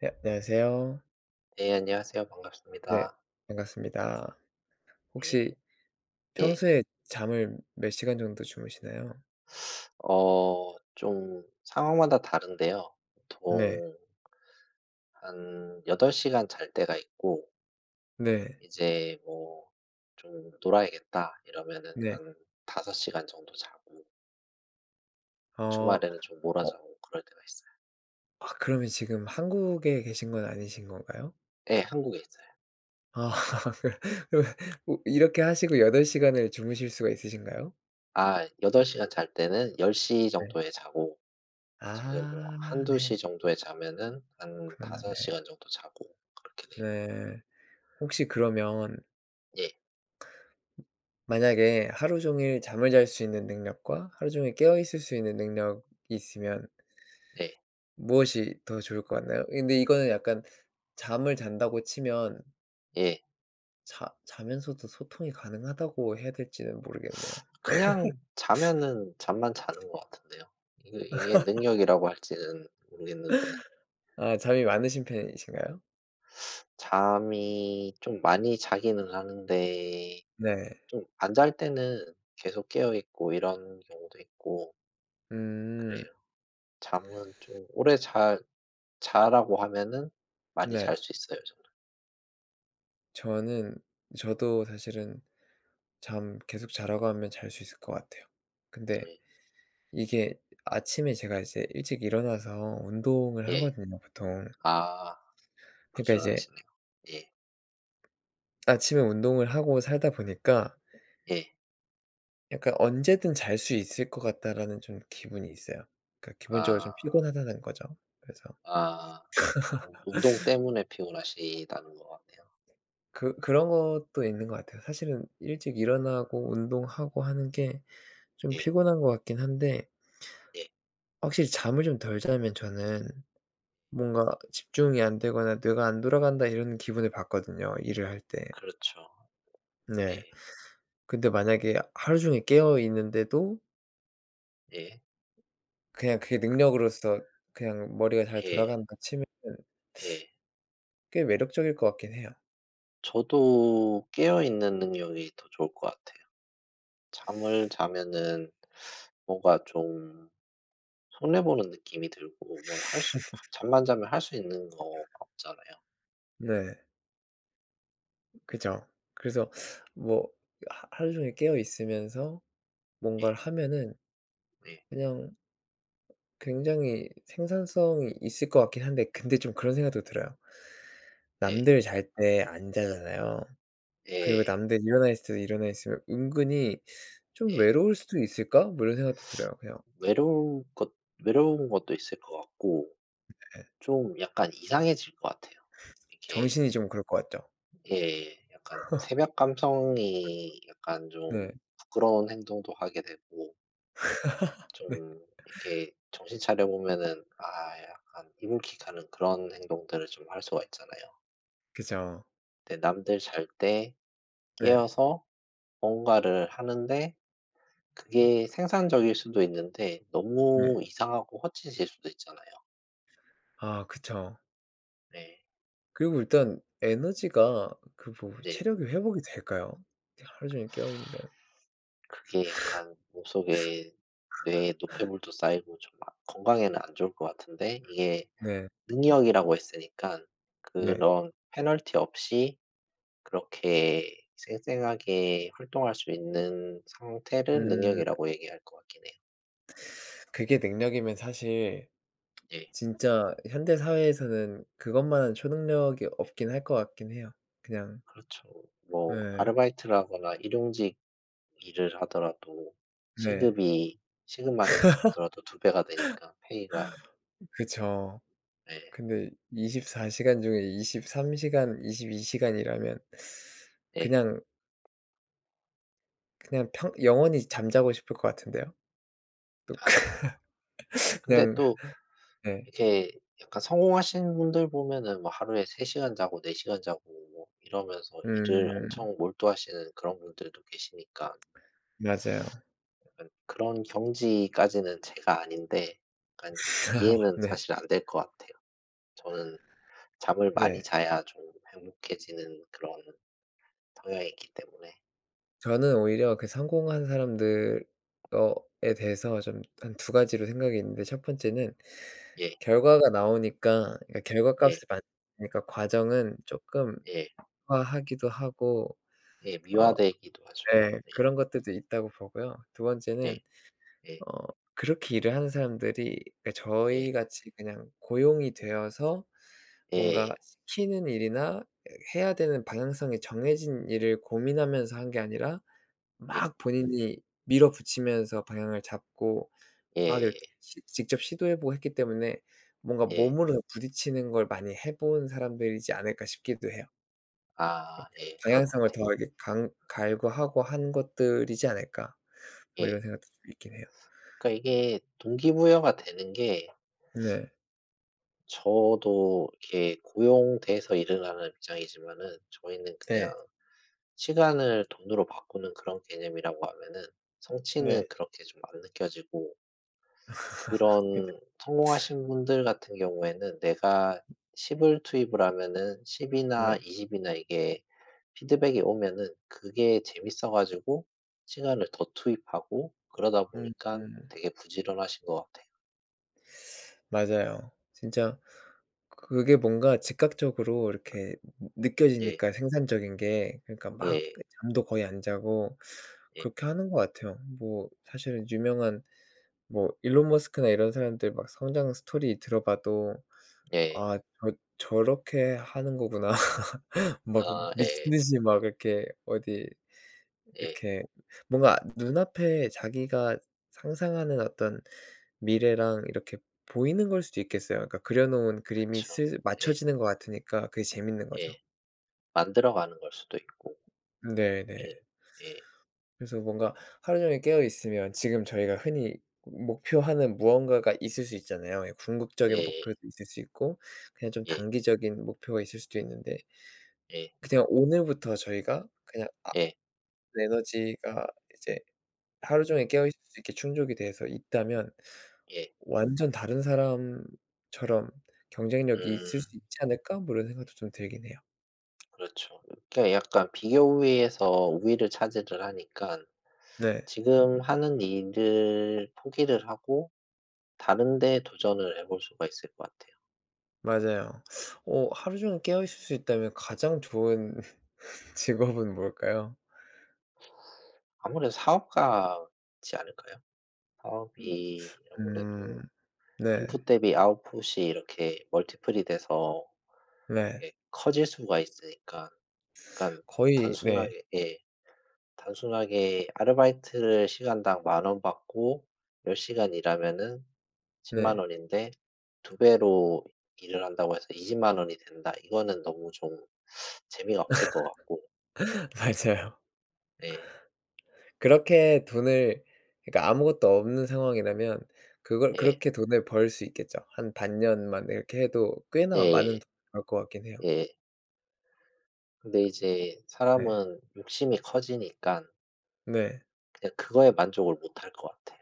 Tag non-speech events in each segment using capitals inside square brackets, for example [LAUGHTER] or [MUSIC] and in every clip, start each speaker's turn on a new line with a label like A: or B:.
A: 네, 안녕하세요.
B: 네, 안녕하세요.
A: 네,
B: 반갑습니다.
A: 반갑습니다.
B: 네.
A: 혹시
B: 예.
A: 평소에 잠을 몇 시간 정도 주무시나요?
B: 좀 상황마다 다른데요.
A: 네.
B: 보통 한 8시간 시간 잘 때가 있고
A: 네.
B: 이제 뭐 '좀 놀아야겠다.' 이러면은
A: 네.
B: 한 5시간 시간 정도 자고
A: 어.
B: 주말에는 좀 몰아
A: 어
B: 자고 그럴 때가 있어요.
A: 아 그러면 지금 한국에 계신 건 아니신 건가요?
B: 예, 한국에 있어요.
A: 아 [LAUGHS] 그러 면 이렇게 하시고 8 시간을 주무실 수가 있으신가요?
B: 아 8시간 시간 잘 때는 10시
A: 네.
B: 정도에 자고 지금 뭐
A: 아
B: 1-2
A: 네.
B: 시 정도에 자면은 한
A: 그렇구나.
B: 5시간
A: 네.
B: 시간 정도 자고 그렇게 돼요.
A: 네. 혹시 그러면
B: 예.
A: 만약에 하루 종일 잠을 잘 수 있는 능력과 하루 종일 깨어 있을 수 있는 능력이 있으면
B: 네.
A: 무엇이 더 좋을 것 같나요? 근데 이거는 약간 잠을 잔다고 치면
B: 예.
A: 자 자면서도 소통이 가능하다고 해야 될지는 모르겠네요.
B: 그냥 자면은 잠만 자는 것 같은데요. 이게 능력이라고 할지는 모르겠는데
A: 아 잠이 많으신 편이신가요?
B: 잠이 좀 많이 자기는 하는데
A: 네.
B: 좀 안 잘 때는 계속 깨어 있고 이런 경우도 있고
A: 음.
B: 그래요. 잠은 좀 오래 잘 자라고 하면은 많이 잘
A: 네.
B: 수 있어요 저는.
A: 저는 저도 사실은 잠 계속 자라고 하면 잘 수 있을 것 같아요. 근데
B: 예.
A: 이게 아침에 제가 이제 일찍 일어나서 운동을
B: 예.
A: 하거든요 보통.
B: 아
A: 그러니까 이제
B: 부지런하시네요. 예.
A: 아침에 운동을 하고 살다 보니까
B: 예.
A: 약간 '언제든 잘 수 있을 것 같다.'라는 좀 기분이 있어요. 그러니까 기본적으로 좀
B: 아.
A: 피곤하다는 거죠. 그래서
B: 아. 운 운동 때문에 피곤하시다는 것 같네요.
A: 그런 것도 있는 것 같아요. 사실은 일찍
B: 아
A: 일어나고 운동하고 하는 게 좀
B: 예.
A: 피곤한 것 같긴 한데
B: 예.
A: 확실히 잠을 좀 덜 자면 저는 뭔가 '집중이 안 되거나 뇌가 안 돌아간다.' 이런 기분을 받거든요, 일을 할 때.
B: 그렇죠.
A: 네.
B: 예.
A: 근데 만약에 하루 종일 깨어 있는데도
B: 예.
A: 그냥 그게 능력으로서 그냥 머리가 잘
B: 예.
A: 돌아간다 치면
B: 예.
A: 꽤 매력적일 것 같긴 해요.
B: 저도 깨어 있는 능력이 더 좋을 것 같아요. 잠을 자면은 뭔가 좀 손해 보는 느낌이 들고 뭘 할 수 잠만 자면 할 수 있는 거 없잖아요.
A: 네. 그죠. 그래서
B: 네,
A: 뭐 하 하루 종일 깨어 있으면서
B: 예.
A: 뭔가를 하면은
B: 예.
A: 그냥 굉장히 생산성이 있을 것 같긴 한데 근데 좀 그런 생각도 들어요.
B: 예.
A: 남들 잘 때 안 자잖아요.
B: 예.
A: 그리고
B: 예.
A: 남들 일어나 있을 때 일어나 있으면 은근히 '좀 외로울 수도 있을까?' 뭐 이런 생각도 들어요 그냥.
B: 외로운 것 외로운 것도 있을 것 같고
A: 네.
B: 좀 약간 이상해질 것 같아요. 이렇게
A: 정신이 좀 그럴 것 같죠.
B: 예. 약간 새벽 감성이 약간 좀
A: 네.
B: 부끄러운 행동도 하게 되고
A: 네.
B: 좀 이렇게 정신 차려 보면은 아 약간 이불킥하는 그런 행동들을 좀 할 수가 있잖아요.
A: 그죠.
B: 근데 남들 잘 때
A: 네.
B: 깨어서 뭔가를 하는데 그게 생산적일 수도 있는데
A: 네.
B: 너무 이상하고 헛짓일 수도 있잖아요.
A: 아 그쵸.
B: 네.
A: 그리고 일단 에너지가 그 뭐
B: 네.
A: 체력이 회복이 될까요? 하루 종일 깨어 있는데.
B: 그게 약간 몸속에 뇌에 노폐물도 쌓이고 좀 아 건강에는 안 좋을 것 같은데 이게
A: 네.
B: 능력이라고 했으니까
A: 네.
B: 그런 페널티 없이 그렇게 쌩쌩하게 활동할 수 있는 상태를
A: 음
B: 능력이라고 얘기할 것 같긴 해요.
A: 그게 능력이면 사실
B: 예.
A: 진짜 현대 사회에서는 그것만한 초능력이 없긴 할 것 같긴 해요. 그냥
B: 그렇죠. 뭐 아
A: 네,
B: 르바이트라거나 일용직 일을 하더라도
A: 네.
B: 시급이 시급만 생각하더라도 2배 배가 되니까 페이가.
A: 그쵸.
B: 예.
A: 근데 24 시간 중에 23 시간, 22 시간이라면
B: 예.
A: 그냥 그냥 평 영원히 잠자고 싶을 것 같은데요. 또
B: 아 저 근데
A: 그냥 [LAUGHS]
B: 또
A: 네.
B: 이렇게 약간 성공하신 분들 보면은 뭐 하루에 3시간 시간 자고 4시간 시간 자고 뭐 이러면서 일을
A: 음
B: 엄청 몰두하시는 그런 분들도 계시니까
A: 맞아요.
B: 약간 그런 경지까지는 제가 아닌데 약간
A: [LAUGHS]
B: 이해는
A: 네.
B: 사실 안될것 같아요. 저는 잠을 많이
A: 네.
B: 자야 좀 행복해지는 그런 성향이 있기 때문에.
A: 저는 오히려 그 성공한 사람들 어 에 대해서 좀 한 두 가지로 생각이 있는데 첫 번째는
B: 예.
A: 결과가 나오니까 그러니까
B: 예.
A: 결과값을 맞으니까 과정은 쪼끔
B: 예.
A: 화하기도 하고
B: 예.
A: 어
B: 미화되기도 하죠.
A: 네
B: 예.
A: 그런 것들도 있다고 보고요. 두
B: 예.
A: 번째는
B: 예.
A: 어 그렇게 일을 하는 사람들이 그러니까
B: 예.
A: 저희 같이 그냥 고용이 되어서
B: 예.
A: 뭔가 시키는 일이나 예 해야 되는 방향성이 정해진 일을 고민하면서 한 게 아니라
B: 예.
A: 막 본인이 밀어붙이면서 방향을 잡고 막
B: 예.
A: 이렇게 시 직접 시도해 보고 했기 때문에 뭔가
B: 예.
A: 몸으로 부딪히는 걸 많이 해본 사람들이지 않을까 싶기도 해요.
B: 아 예. 그럴 것
A: 방향성을
B: 같아요.
A: 더 이렇게 강 갈구하고 한 것들이지 않을까. 뭐 이런
B: 예.
A: 생각도 좀 있긴 해요.
B: 그러니까 이게 동기부여가 되는 게
A: 네.
B: 저도 이렇게 고용돼서 일을 하는 입장이지만은 저희는 그냥
A: 네.
B: 시간을 돈으로 바꾸는 그런 개념이라고 하면은
A: 네.
B: 성취는 그렇게 좀 안 느껴지고
A: [LAUGHS]
B: 그런
A: 그죠.
B: 성공하신 분들 같은 경우에는 내가 10을 투입을 하면은 10
A: 네.
B: 이나 20 이나 이게 피드백이 오면은 그게 재밌어 가지고 시간을 더 투입하고 그러다 보니까
A: 음음.
B: 되게 부지런하신 것 같아요.
A: 맞아요. 진짜 그게 뭔가 즉각적으로 이렇게
B: 예.
A: 느껴지니까 생산적인 게 그러니까 막
B: 예.
A: 잠도 거의 안 자고
B: 예.
A: 그렇게 하는 것 같아요. 뭐 사실은 유명한 뭐 일론 머스크나 이런 사람들 막 성장 스토리 들어봐도
B: 예.
A: '아 저렇게 하는 거구나.' [LAUGHS] 막
B: 아 예.
A: 미친 듯이 막 이렇게 어디
B: 예.
A: 이렇게 뭔가 눈앞에 자기가 상상하는 어떤 미래랑 이렇게 보이는 걸 수도 있겠어요. 그러니까 그려 놓은 그림이
B: 그쵸.
A: 슬
B: 예.
A: 맞춰지는 것 같으니까 그게 재밌는
B: 예.
A: 거죠.
B: 만들어가는 걸 수도 있고. 예.
A: 네네.
B: 예.
A: 그래서 뭔가 하루 종일 깨어 있으면 지금 저희가 흔히 목표하는 무언가가 있을 수 있잖아요. 예 궁극적인
B: 예예.
A: 목표도 있을 수 있고 그냥 좀
B: 예.
A: 단기적인 목표가 있을 수도 있는데
B: 예.
A: 그냥 오늘부터 저희가 그냥
B: 예.
A: 에너지가 이제 하루 종일 깨어 있을 수 있게 충족이 돼서 있다면
B: 예.
A: 완전 다른 사람처럼 경쟁력이
B: 음
A: 있을 수 있지 않을까? 뭐 이런 생각도 좀 들긴 해요.
B: 그렇죠. 그러니까 약간 비교 우위에서 우위를 차지를 하니까
A: 네.
B: 지금 하는 일을 포기를 하고 다른 데 도전을 해볼 수가 있을 것 같아요.
A: 맞아요. 하루 종일 깨어 있을 수 있다면 가장 좋은 [LAUGHS] 직업은 뭘까요?
B: 아무래도 사업가지 않을까요? 사업이 아무래도
A: 음. 네.
B: 인풋 대비 아웃풋이 이렇게 멀티플이 돼서
A: 네.
B: 예 커질 수가 있으니까 그러니
A: 거의 네.
B: 단순하게 예 단순하게 아르바이트를 시간당 10,000원 받고 10시간 시간 일하면은 10만
A: 네.
B: 원인데 2배 배로 일을 한다고 해서 20만 원이 된다. 이거는 너무 좀 재미가 없을 것 같고.
A: [LAUGHS] 맞아요.
B: 예.
A: 그렇게 돈을 그러니까 아무것도 없는 상황이라면 그걸
B: 예.
A: 그렇게 돈을 벌 수 있겠죠. 한 반년만 이렇게 해도 꽤나 많은
B: 예.
A: 돈을 벌 것 같긴 해요.
B: 예. 근데 이제
A: 네.
B: 사람은 욕심이 커지니깐
A: 네.
B: 그냥 그거에 만족을 못할 것 같아요.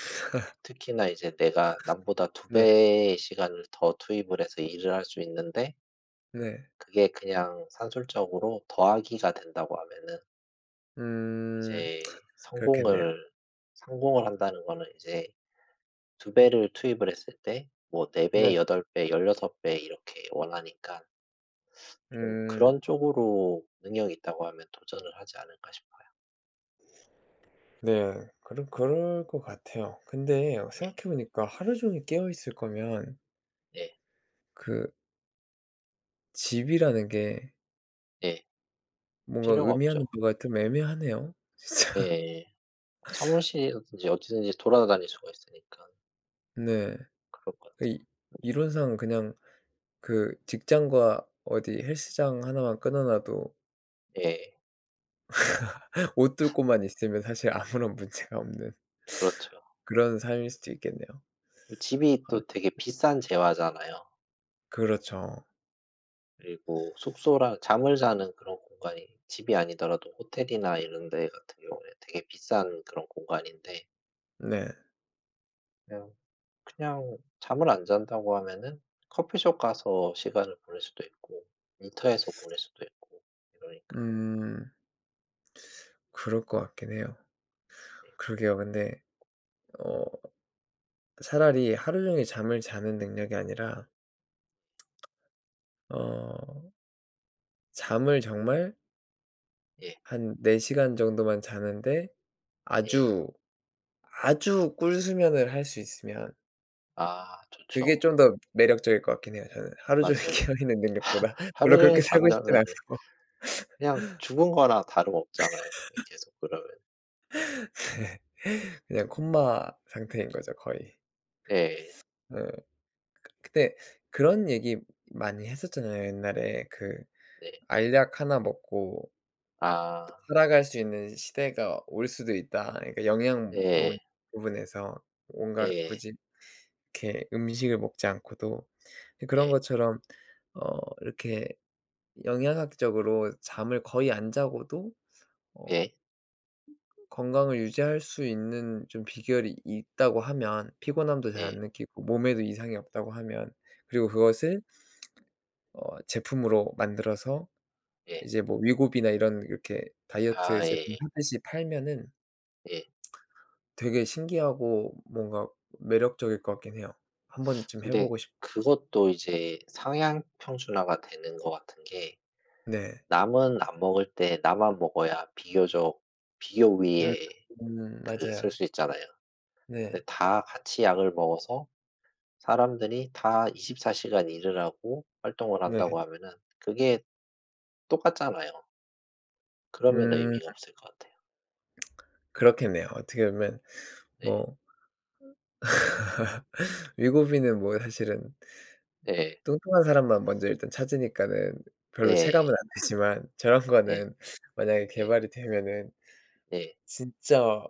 B: 그 특히나 이제 내가 남보다 2배
A: 네.
B: 배의 시간을 더 투입을 해서 일을 할 수 있는데
A: 네.
B: 그게 그냥 산술적으로 더하기가 된다고 하면은
A: 음.
B: 이제
A: 그렇겠네요.
B: 성공을 한다는 거는 이제 2배 배를 투입을 했을 때 뭐 4배 배,
A: 네.
B: 8배 배, 16배 이렇게 원하니까 좀
A: 음.
B: 그런 쪽으로 능력이 있다고 하면 도전을 하지 않을까 싶어요.
A: 네. 그럴 것 같아요. 근데
B: 예.
A: 생각해 보니까 하루 종일 깨어 있을 거면
B: 네.
A: 그 집이라는 게
B: 네.
A: 뭔가
B: 필요가
A: 의미하는
B: 없죠.
A: 바가 좀 애매하네요. 진짜. [LAUGHS]
B: 예 사무실이든지 어디든지 돌아다닐 수가 있으니까
A: 네.
B: 그럴 것
A: 그
B: 같아요.
A: 이 이론상 그냥 그 직장과 어디 헬스장 하나만 끊어 놔도
B: 예.
A: [LAUGHS] 옷뚫 곳만 있으면 사실 아무런 문제가 없는 [LAUGHS]
B: 그렇죠.
A: 그런 삶일 수도 있겠네요.
B: 그 집이
A: 아
B: 또 되게 비싼 재화잖아요.
A: 그렇죠.
B: 그리고 숙소랑 잠을 자는 그런 공간이 집이 아니더라도 호텔이나 이런 데 같은 경우에 되게 비싼 그런 공간인데
A: 네.
B: 그냥 잠을 안 잔다고 하면은 커피숍 가서 시간을 보낼 수도 있고 일터에서 보낼 수도 있고 이러니까.
A: 음. 그럴 것 같긴 해요.
B: 네.
A: 그러게요. 근데 어 차라리 하루 종일 잠을 자는 능력이 아니라 어 잠을 정말
B: 예.
A: 한 4 시간 정도만 자는데
B: 예.
A: 아주, 아주 꿀수면을 할 수 있으면
B: 아
A: 그게
B: 좋죠.
A: 좀 더 매력적일 것 같긴 해요 저는. 하루 종일
B: 맞아요.
A: [LAUGHS] 깨어있는 능력보다.
B: 하루
A: 물론
B: 종일
A: 그렇게 살고 싶진
B: 잠자면은
A: 않고.
B: 그냥 죽은 거나 다름없잖아요. 예, 계속 그러면.
A: [LAUGHS] 네. 그냥 콤마 상태인 거죠 거의.
B: 예.
A: 어. 근데 그런 얘기 많이 했었잖아요 옛날에. 그
B: 네.
A: 알약 하나 먹고
B: 아.
A: 살아갈 수 있는 시대가 올 수도 있다. 그러니까 영양
B: 예.
A: 부분에서 뭔가
B: 예.
A: 굳이 이렇게 음식을 먹지 않고도 그런
B: 예.
A: 것처럼 어 이렇게 영양학적으로 잠을 거의 안 자고도 어
B: 예.
A: 건강을 유지할 수 있는 좀 비결이 있다고 하면 피곤함도 잘
B: 예.
A: 안 느끼고 몸에도 이상이 없다고 하면 그리고 그것을 제품으로 만들어서
B: 예.
A: 이제 뭐 위고비나 이런 이렇게
B: 아
A: 다이어트 제품
B: 예예.
A: 하듯이 팔면은
B: 예.
A: 되게 신기하고 뭔가 매력적일 것 같긴 해요. 한 번쯤 해
B: 근데
A: 보고 싶
B: 그것도 이제 상향 평준화가 되는 것 같은 게
A: 네.
B: 남은 안 먹을 때 나만 먹어야 비교적 비교
A: 음
B: 위에 그 설
A: 맞아요.
B: 수 있잖아요. 근데
A: 네.
B: 다 같이 약을 먹어서 사람들이 다 24시간 시간 일을 하고 활동을
A: 네.
B: 한다고 하면은 그게 똑같잖아요. 그러면
A: 음
B: 의미가 없을 것 같아요.
A: 그렇겠네요. 어떻게 보면
B: 네.
A: 뭐 미국인은 뭐 사실은
B: 네.
A: 뚱뚱한 사람만 먼저 일단 찾으니까는 별로
B: 네
A: 체감은 안 되지만 [LAUGHS] 저런
B: 네
A: 거는 만약에
B: 네
A: 개발이 되면은
B: 네
A: 진짜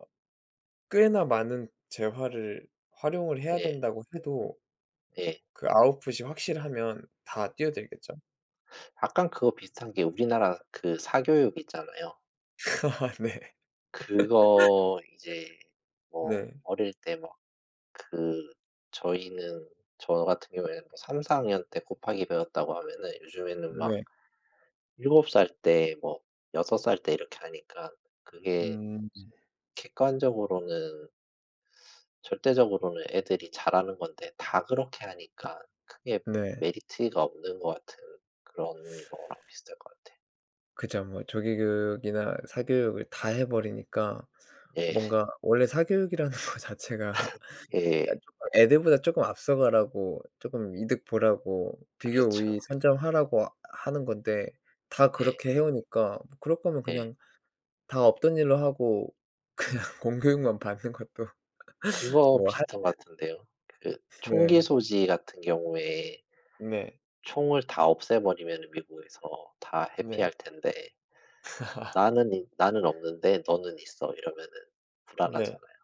A: 꽤나 많은 재화를 활용을 해야
B: 네
A: 된다고 해도
B: 네
A: 그 아웃풋이 확실하면 다 뛰어들겠죠.
B: 약간 그거 비슷한 게 우리나라 그 사교육 있잖아요.
A: [LAUGHS] 네.
B: 그거 이제 뭐
A: 네.
B: 어릴 때막 그 저희는 저 같은 경우에는 뭐 3학년, 4학년 학년 때 곱하기 배웠다고 하면은 요즘에는 막
A: 네.
B: 7살 때 뭐 6살 때 이렇게 하니까 그게
A: 음
B: 객관적으로는 절대적으로는 애들이 잘하는 건데 다 그렇게 하니까 크게
A: 네.
B: 메리트가 없는 것 같은 그런 거랑 비슷할 것 같아요.
A: 그죠. 뭐 조기교육이나 사교육을 다 해 버리니까
B: 예.
A: 뭔가 원래 사교육이라는 [LAUGHS] 거 자체가 야
B: 예.
A: 쪼끔 애들보다 쪼끔 앞서가라고 쪼끔 이득 보라고 비교
B: 그렇죠.
A: 우위 선점하라고 하는 건데 다
B: 예.
A: 그렇게 해 오니까 뭐 그럴 거면
B: 예.
A: 그냥 다 없던 일로 하고 [LAUGHS] 그냥 공교육만 받는 것도
B: 그거
A: 뭐 할
B: 비슷한 것 같은데요. 그 총기
A: 네.
B: 소지 같은 경우에
A: 네.
B: 총을 다 없애버리면 미국에서 다
A: 네.
B: 해피할 텐데
A: [LAUGHS]
B: 나는 없는데 너는 있어." 이러면은
A: 네.
B: 불안하잖아요.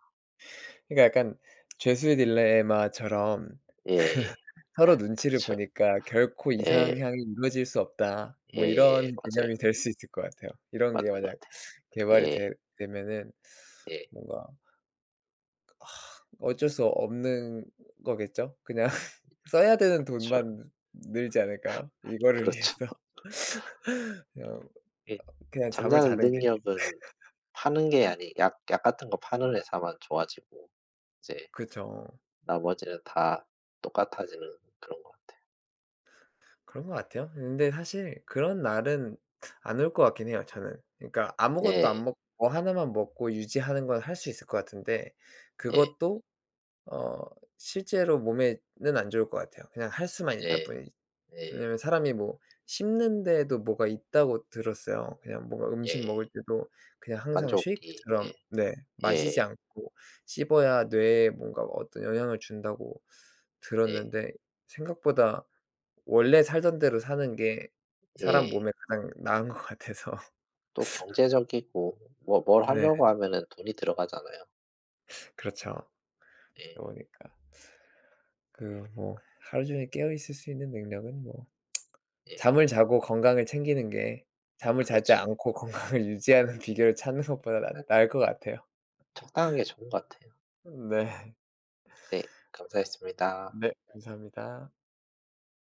A: 그러니까 약간 죄수의 딜레마처럼
B: 예예.
A: 서로 눈치를
B: 그렇죠.
A: 보니까 '결코
B: 예.
A: 이상향이 이루어질 수 없다.' 뭐 이런
B: 예예예. 맞아요.
A: 개념이 될 수 있을 것 같아요. 이런 게
B: 맞는
A: 만약
B: 것 같아요.
A: 개발이
B: 예.
A: 되 되면은
B: 예.
A: 뭔가 어쩔 수 없는 거겠죠? 그냥 [LAUGHS] 써야 되는
B: 그렇죠.
A: 돈만 늘지 않을까요? 이거를
B: 그렇죠.
A: 위해서 [LAUGHS] 그냥
B: 예.
A: 그냥 잠을
B: 잠자는
A: 자는 게
B: 능력은 파는 게 아니 약 같은 거 파는 회사만 좋아지고 이제
A: 그쵸.
B: 나머지는 다 똑같아지는 그런 것 같아요.
A: 그런 것 같아요. 근데 사실 그런 날은 안 올 것 같긴 해요 저는. 그러니까 아무것도
B: 예.
A: 안 먹고 뭐 하나만 먹고 유지하는 건 할 수 있을 것 같은데
B: 예.
A: 그것도 어 실제로 몸에는 안 좋을 것 같아요. 그냥 할 수만 있다
B: 예.
A: 뿐이지.
B: 예.
A: 왜냐면 사람이 뭐 씹는 데에도 뭐가 있다고 들었어요. 그냥 뭔가
B: 예.
A: 음식 먹을 때도 그냥 항상
B: 만족이
A: 쉐이크처럼
B: 예.
A: 네 마시지
B: 예.
A: 않고 씹어야 뇌에 뭔가 어떤 영향을 준다고
B: 예.
A: 들었는데 생각보다 원래 살던 대로 사는 게 사람
B: 예.
A: 몸에 가장 나은 것 같아서 [LAUGHS]
B: 또 경제적이고 뭐 뭘
A: 네
B: 하려고 하면은 돈이 들어가잖아요.
A: 그렇죠.
B: 예.
A: 그러다 보니까 그 뭐 하루 종일 깨어 있을 수 있는 능력은 뭐
B: 예.
A: 잠을 자고 건강을 챙기는 게 잠을 자지
B: 그렇죠.
A: 않고 [LAUGHS] 건강을 유지하는 비결을 찾는 것보다 낫
B: 아
A: 나을 것 같아요.
B: 적당한 게 좋은 것 같아요.
A: 네.
B: 네. 감사했습니다.
A: 네. 감사합니다.